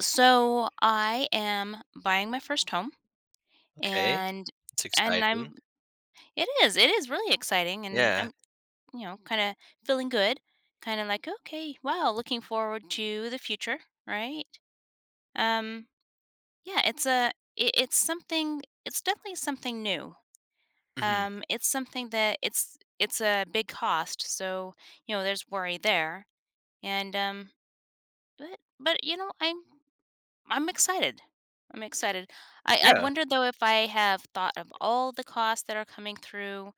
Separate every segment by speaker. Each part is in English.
Speaker 1: So I am buying my first home
Speaker 2: Okay,
Speaker 1: and
Speaker 2: it's
Speaker 1: and
Speaker 2: exciting.
Speaker 1: I'm it is really exciting, and
Speaker 2: Yeah.
Speaker 1: I'm kind of feeling good, kind of like, okay, wow, looking forward to the future, right? Um yeah, it's definitely something new.
Speaker 2: Mhm.
Speaker 1: It's something that it's a big cost, so you know there's worry there. And um but but you know, I'm excited. I'm excited. I
Speaker 2: Yeah.
Speaker 1: wonder though if I have thought of all the costs that are coming through,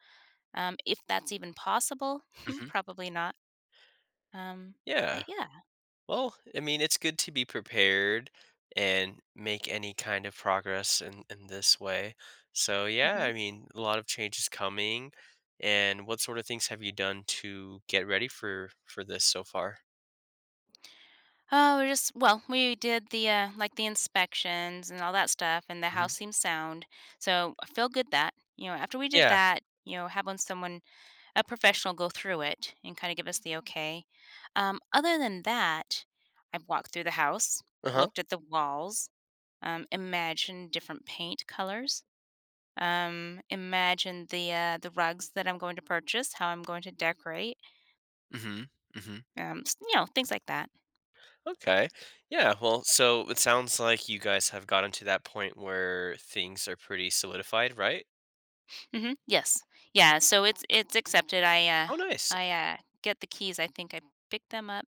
Speaker 1: if that's even possible.
Speaker 2: Mhm.
Speaker 1: Probably not. Um,
Speaker 2: Yeah.
Speaker 1: but yeah.
Speaker 2: Well, it's good to be prepared and make any kind of progress in this way. So, yeah,
Speaker 1: Hmm.
Speaker 2: a lot of change is coming. And what sort of things have you done to get ready for this so far?
Speaker 1: Oh, we're just, well, we did the like the inspections and all that stuff, and the
Speaker 2: Mhm.
Speaker 1: house seems sound. So I feel good that, you know, after we did
Speaker 2: Yeah.
Speaker 1: that, you know, having someone, a professional, go through it and kind of give us the okay. Other than that, I've walked through the house,
Speaker 2: Uh-huh.
Speaker 1: looked at the walls, imagine different paint colors. Imagine the rugs that I'm going to purchase, how I'm going to decorate.
Speaker 2: Mhm. Mhm.
Speaker 1: Things like that.
Speaker 2: Okay. Yeah, well, so it sounds like you guys have gotten to that point where things are pretty solidified, right?
Speaker 1: Hmm. Yes, yeah. So it's accepted. I uh,
Speaker 2: Oh, nice.
Speaker 1: I uh, get the keys. I think I pick them up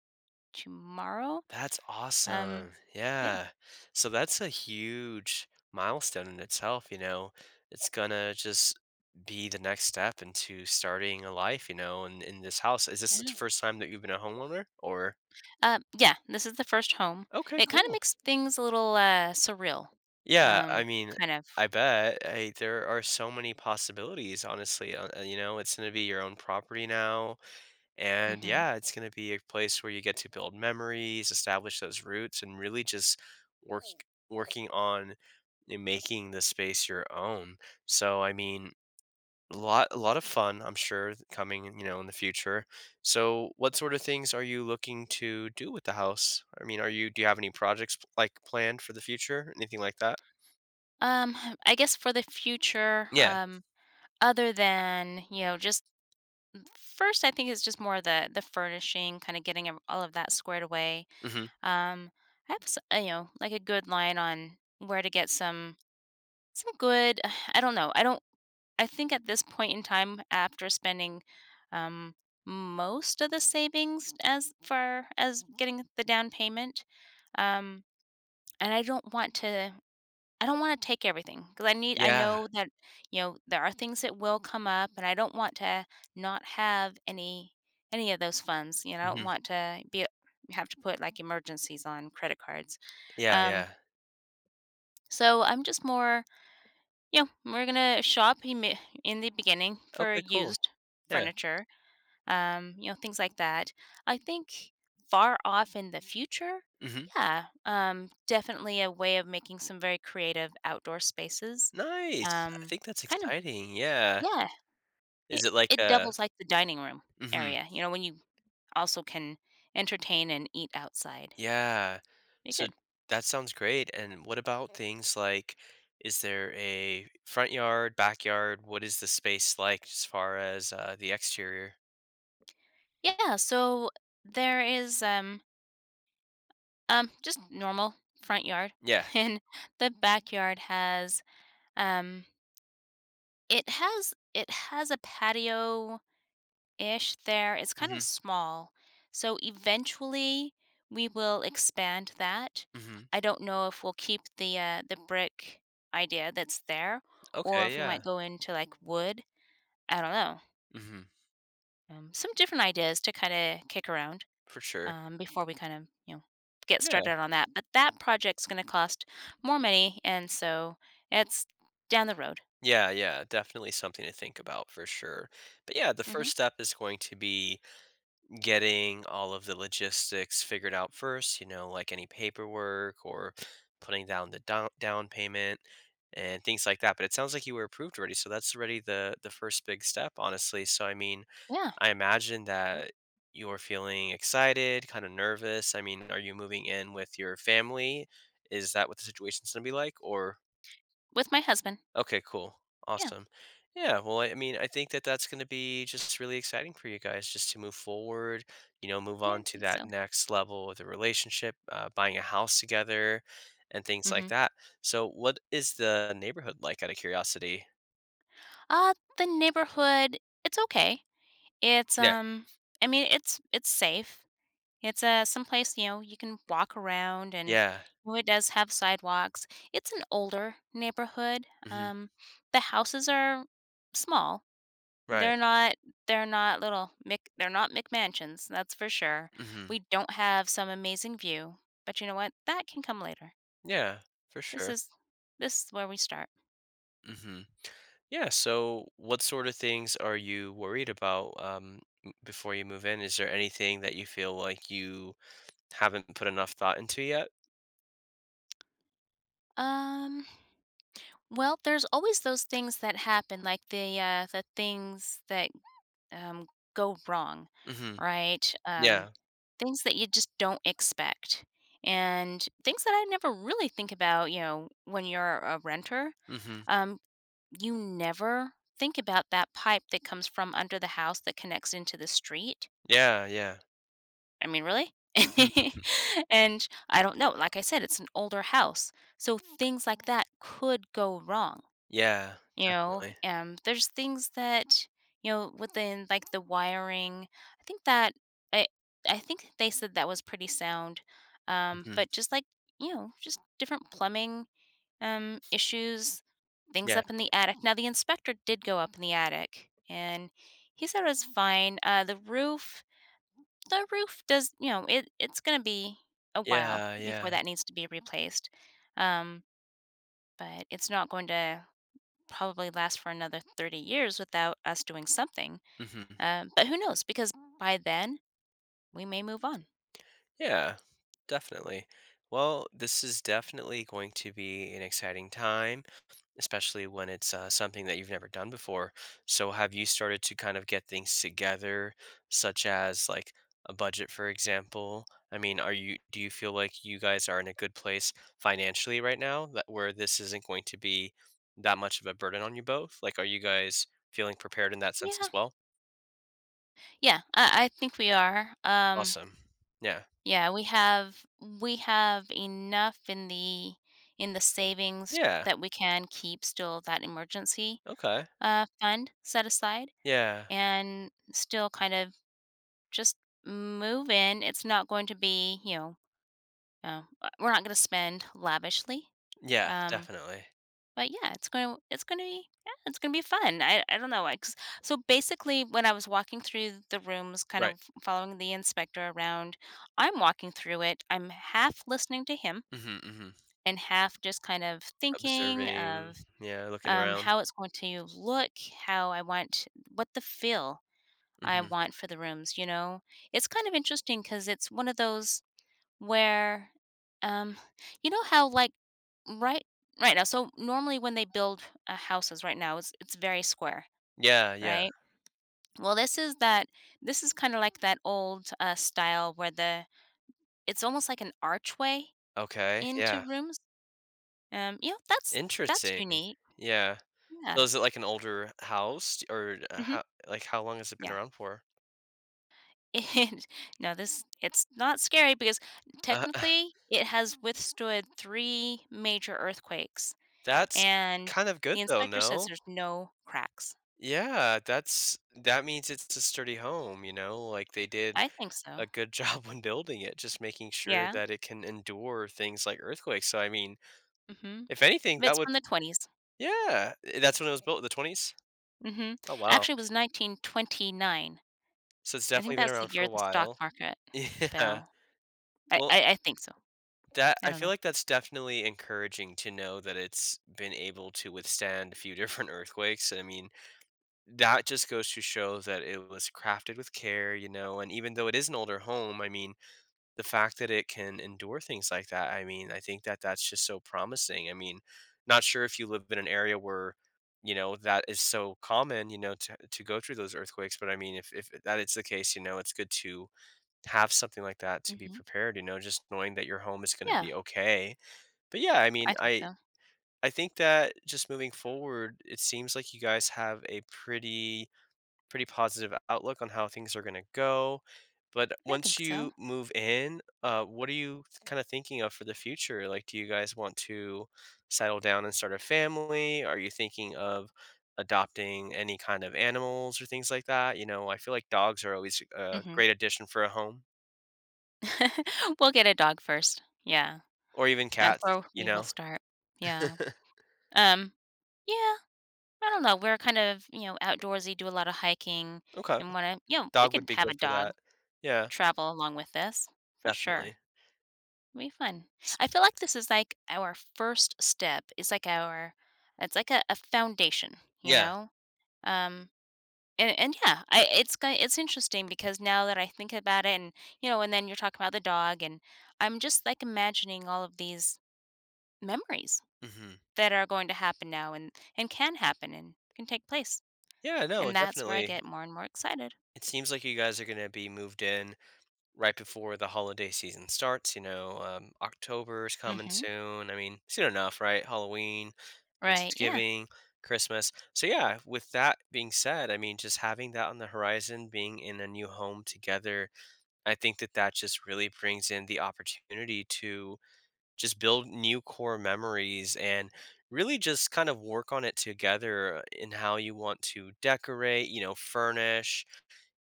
Speaker 1: tomorrow.
Speaker 2: That's
Speaker 1: Um,
Speaker 2: awesome.
Speaker 1: yeah.
Speaker 2: Yeah. So that's a huge milestone in itself. It's gonna just be the next step into starting a life, in this house. Is
Speaker 1: I
Speaker 2: this the
Speaker 1: know.
Speaker 2: first time that you've been a homeowner or
Speaker 1: Yeah. This is the first home.
Speaker 2: okay,
Speaker 1: It kind of
Speaker 2: cool.
Speaker 1: makes things a little surreal.
Speaker 2: Yeah,
Speaker 1: Um, kind of.
Speaker 2: I bet I, there are so many possibilities, honestly. It's gonna be your own property now. And
Speaker 1: Hmm.
Speaker 2: yeah, it's going to be a place where you get to build memories, establish those roots, and really just work working on and making the space your own. So a lot of fun, I'm sure, coming in the future. So what sort of things are you looking to do with the house? Are you do you have any projects like planned for the future, anything like that?
Speaker 1: um, I guess for the future,
Speaker 2: Yeah.
Speaker 1: other than, you know, just First, I think it's just more the furnishing, kinda getting ev all of that squared away.
Speaker 2: Hmm.
Speaker 1: Um, I have s you know, like, a good line on where to get some good… I don't know, I don't I think at this point in time, after spending, um, most of the savings as far as getting the down payment, um, and I don't wanna take everything because I
Speaker 2: Yeah.
Speaker 1: know that, you know, there are things that will come up, and I don't want to not have any of those funds. You know, I don't
Speaker 2: Hmm.
Speaker 1: want to be have to put, like, emergencies on credit cards.
Speaker 2: Yeah.
Speaker 1: Um,
Speaker 2: Yeah.
Speaker 1: so I'm just more, you know, we're gonna shop ime in the beginning for
Speaker 2: Okay. Cool.
Speaker 1: used
Speaker 2: Yeah.
Speaker 1: furniture, you know, things like that. I think far off in the future,
Speaker 2: Hmm.
Speaker 1: yeah, definitely a way of making some very creative outdoor spaces.
Speaker 2: Nice. I
Speaker 1: Um,
Speaker 2: think that's
Speaker 1: kind of,
Speaker 2: exciting. Yeah.
Speaker 1: yeah, it,
Speaker 2: Is it like
Speaker 1: it
Speaker 2: a
Speaker 1: doubles like the dining room
Speaker 2: mhm,
Speaker 1: area, you know, when you also can entertain and eat outside.
Speaker 2: yeah.
Speaker 1: Be
Speaker 2: So,
Speaker 1: good.
Speaker 2: that sounds great, and what about things like is there a front yard, backyard? What is the space like as far as, the exterior?
Speaker 1: Yeah, so there is just normal front yard.
Speaker 2: Yeah.
Speaker 1: And the backyard has, um, it has a patio ish there. It's kind of
Speaker 2: Mhm,
Speaker 1: small. So eventually we will expand that.
Speaker 2: mhm.
Speaker 1: I don't know if we'll keep the brick idea that's there, or
Speaker 2: Okay,
Speaker 1: if we
Speaker 2: yeah.
Speaker 1: might go into like wood. I don't know.
Speaker 2: Mhm,
Speaker 1: Some different ideas to kind of kick around,
Speaker 2: for sure.
Speaker 1: before we kind of, you know, get
Speaker 2: Yeah.
Speaker 1: started on that. But that project's going to cost more money. And so it's down the road.
Speaker 2: Yeah, yeah, definitely something to think about for sure. But, yeah, the
Speaker 1: Hmm.
Speaker 2: first step is going to be getting all of the logistics figured out first, like any paperwork or putting down the down payment and things like that. But it sounds like you were approved already, so that's already the first big step, honestly. So
Speaker 1: Yeah.
Speaker 2: I imagine
Speaker 1: Yep.
Speaker 2: that you're feeling excited, kind of nervous. Are you moving in with your family? Is that what the situation's going to be like or
Speaker 1: With my husband.
Speaker 2: okay, cool.
Speaker 1: Yeah.
Speaker 2: Awesome. Yeah, well, I mean, I think that that's going to be just really exciting for you guys just to move forward, you know, move
Speaker 1: Yeah.
Speaker 2: on
Speaker 1: I
Speaker 2: to
Speaker 1: think
Speaker 2: that
Speaker 1: so.
Speaker 2: next level of the relationship, buying a house together and things like
Speaker 1: Hmm.
Speaker 2: that. So, what is the neighborhood like out of curiosity?
Speaker 1: The neighborhood, it's okay. It's
Speaker 2: Yeah.
Speaker 1: I mean, it's safe. It's someplace, you know, you can walk around, and
Speaker 2: Yeah.
Speaker 1: you know, it does have sidewalks. It's an older neighborhood.
Speaker 2: Hmm.
Speaker 1: The houses are small.
Speaker 2: Right.
Speaker 1: They're not little Mc— they're not McMansions. That's for sure.
Speaker 2: Hmm.
Speaker 1: We don't have some amazing view, but you know what? That can come later.
Speaker 2: Yeah, for
Speaker 1: This
Speaker 2: sure.
Speaker 1: is this is where we start.
Speaker 2: Hmm. Yeah. So, what sort of things are you worried about before you move in? Is there anything that you feel like you haven't put enough thought into yet?
Speaker 1: Um. Well, there's always those things that happen, like the things that um, go wrong,
Speaker 2: Mhm.
Speaker 1: right?
Speaker 2: Yeah.
Speaker 1: Things that you just don't expect, and things that I never really think about. You know, when you're a renter,
Speaker 2: Mhm.
Speaker 1: um, you never think about that pipe that comes from under the house that connects into the street.
Speaker 2: Yeah, yeah.
Speaker 1: I mean, really? And I don't know. Like I said, it's an older house, so things like that could go wrong,
Speaker 2: Yeah,
Speaker 1: you know.
Speaker 2: definitely.
Speaker 1: Um, there's things that, you know, within like the wiring, I think that I I think they said that was pretty sound.
Speaker 2: Mhm.
Speaker 1: But just like, you know, just different plumbing issues, things
Speaker 2: Yeah.
Speaker 1: up in the attic. Now the inspector did go up in the attic, and he said it was fine. Uh, the roof does, you know, it's gonna be a while
Speaker 2: Yeah, yeah.
Speaker 1: before that needs to be replaced. Um, but it's not going to probably last for another 30 years without us doing something.
Speaker 2: Mhm.
Speaker 1: But who knows? Because by then we may move on.
Speaker 2: Yeah, definitely. Well, this is definitely going to be an exciting time, especially when it's something that you've never done before. So, have you started to kind of get things together, such as like a budget, for example? Are you do you feel like you guys are in a good place financially right now that where this isn't going to be that much of a burden on you both? Like, are you guys feeling prepared in that sense
Speaker 1: Yeah,
Speaker 2: as well?
Speaker 1: yeah, I think we are.
Speaker 2: Awesome. Yeah.
Speaker 1: Yeah, we have enough in the savings
Speaker 2: Yeah.
Speaker 1: that we can keep still that emergency,
Speaker 2: Okay.
Speaker 1: fund set aside,
Speaker 2: Yeah.
Speaker 1: and still kind of just move in. It's not going to be, you know, uh, we're not going to spend lavishly.
Speaker 2: Yeah.
Speaker 1: Um,
Speaker 2: Definitely.
Speaker 1: But yeah, it's gonna be fun. I don't know. Like, so basically when I was walking through the rooms, kind
Speaker 2: Right.
Speaker 1: of following the inspector around, I'm walking through it. I'm half listening to him
Speaker 2: Hmm. Hmm.
Speaker 1: and half just kind of thinking
Speaker 2: Observing.
Speaker 1: of,
Speaker 2: Yeah. Looking around.
Speaker 1: how it's going to look, how I want, what the feel I
Speaker 2: Hmm.
Speaker 1: want for the rooms. You know, it's kind of interesting because it's one of those where, um, you know how, like, right right now, so normally when they build, houses right now, it's very square,
Speaker 2: Yeah. Yeah.
Speaker 1: right? Well, this is kinda like that old, style where the it's almost like an archway
Speaker 2: Okay,
Speaker 1: into
Speaker 2: yeah.
Speaker 1: rooms, you know, that's
Speaker 2: Interesting.
Speaker 1: unique.
Speaker 2: Yeah. So
Speaker 1: Yeah.
Speaker 2: is it like an older house d or
Speaker 1: Mhm.
Speaker 2: how like, how long has it been
Speaker 1: Yeah.
Speaker 2: around for?
Speaker 1: And no, this, it's not scary because
Speaker 2: Uh,
Speaker 1: technically it has withstood three major earthquakes.
Speaker 2: that's
Speaker 1: And
Speaker 2: kind of good
Speaker 1: the
Speaker 2: though,
Speaker 1: inspector says
Speaker 2: no?
Speaker 1: there's no cracks.
Speaker 2: Yeah, that's that means it's a sturdy home, you know, like, they did
Speaker 1: I think
Speaker 2: a
Speaker 1: so.
Speaker 2: good job when building it, just making sure
Speaker 1: Yeah,
Speaker 2: that it can endure things like earthquakes, so,
Speaker 1: mhm.
Speaker 2: if anything, that
Speaker 1: It's
Speaker 2: would
Speaker 1: from the 20s.
Speaker 2: yeah, eh, that's when it was built, the 20s?
Speaker 1: Mhm.
Speaker 2: Oh, wow.
Speaker 1: Actually, it was 1929.
Speaker 2: So it's
Speaker 1: I think
Speaker 2: definitely been
Speaker 1: that's the
Speaker 2: around for
Speaker 1: year
Speaker 2: a
Speaker 1: the stock
Speaker 2: while.
Speaker 1: market
Speaker 2: Yeah.
Speaker 1: fell. I
Speaker 2: Well
Speaker 1: I I think so.
Speaker 2: that
Speaker 1: I
Speaker 2: I
Speaker 1: don't
Speaker 2: feel
Speaker 1: know.
Speaker 2: like that's definitely encouraging to know that it's been able to withstand a few different earthquakes. That just goes to show that it was crafted with care, you know, and even though it is an older home, the fact that it can endure things like that, I think that that's just so promising. Not sure if you live in an area where, you know, that is so common, you know, to go through those earthquakes, but if that is the case, you know, it's good to have something like that to be
Speaker 1: Mhm.
Speaker 2: prepared, you know, just knowing that your home is going to
Speaker 1: Yeah,
Speaker 2: be okay but yeah,
Speaker 1: I think so.
Speaker 2: I think that just moving forward, it seems like you guys have a pretty positive outlook on how things are gonna go. But
Speaker 1: I
Speaker 2: once
Speaker 1: think so.
Speaker 2: you move in, what are you kind of thinking of for the future? Like, do you guys want to settle down and start a family? Are you thinking of adopting any kind of animals or things like that? You know, I feel like dogs are always a
Speaker 1: Mhm.
Speaker 2: great addition for a home,
Speaker 1: We'll get a dog first. Yeah,
Speaker 2: or even
Speaker 1: that's
Speaker 2: cats,
Speaker 1: where
Speaker 2: you
Speaker 1: we will
Speaker 2: know?
Speaker 1: start. Yeah. Um, yeah, I don't know. We're kind of, you know, outdoorsy, do a lot of hiking
Speaker 2: Okay,
Speaker 1: and wanna, you know, we
Speaker 2: dog would
Speaker 1: could
Speaker 2: be
Speaker 1: have
Speaker 2: good
Speaker 1: a
Speaker 2: for
Speaker 1: dog.
Speaker 2: that. Yeah.
Speaker 1: Travel along with this, for sure.
Speaker 2: Definitely.
Speaker 1: It'll be fun.
Speaker 2: S
Speaker 1: I feel like this is like our first step. It's like our it's like a foundation, you
Speaker 2: yeah.
Speaker 1: know? Um, and yeah, I it's going, it's interesting because now that I think about it and you know, and then you're talking about the dog, and I'm just like imagining all of these memories
Speaker 2: Mhm.
Speaker 1: that are going to happen now, and can happen and can take place.
Speaker 2: Yeah, no,
Speaker 1: And that's where I
Speaker 2: definitely.
Speaker 1: get more and more excited.
Speaker 2: It seems like you guys are gonna be moved in right before the holiday season starts, you know, October is coming
Speaker 1: Mhm.
Speaker 2: soon, I mean, soon enough, right? Halloween,
Speaker 1: Right, yeah.
Speaker 2: Thanksgiving, Christmas. So, yeah, with that being said, just having that on the horizon, being in a new home together, I think that that just really brings in the opportunity to just build new core memories and really just kind of work on it together in how you want to decorate, you know, furnish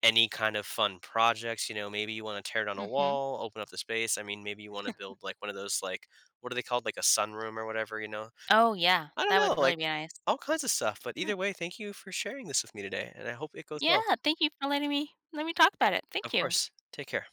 Speaker 2: any kind of fun projects. You know, maybe you want to tear down a
Speaker 1: Mhm.
Speaker 2: wall, open up the space. Maybe you want to build like one of those, like, what are they called? Like a sunroom or whatever, you know?
Speaker 1: Oh yeah,
Speaker 2: I don't
Speaker 1: that would
Speaker 2: know,
Speaker 1: really
Speaker 2: like
Speaker 1: be nice.
Speaker 2: all kinds of stuff. But either way, thank you for sharing this with me today. And I hope it goes well.
Speaker 1: Yeah, thank you for letting me let me talk about it.
Speaker 2: Of
Speaker 1: Thank you.
Speaker 2: course. Take care.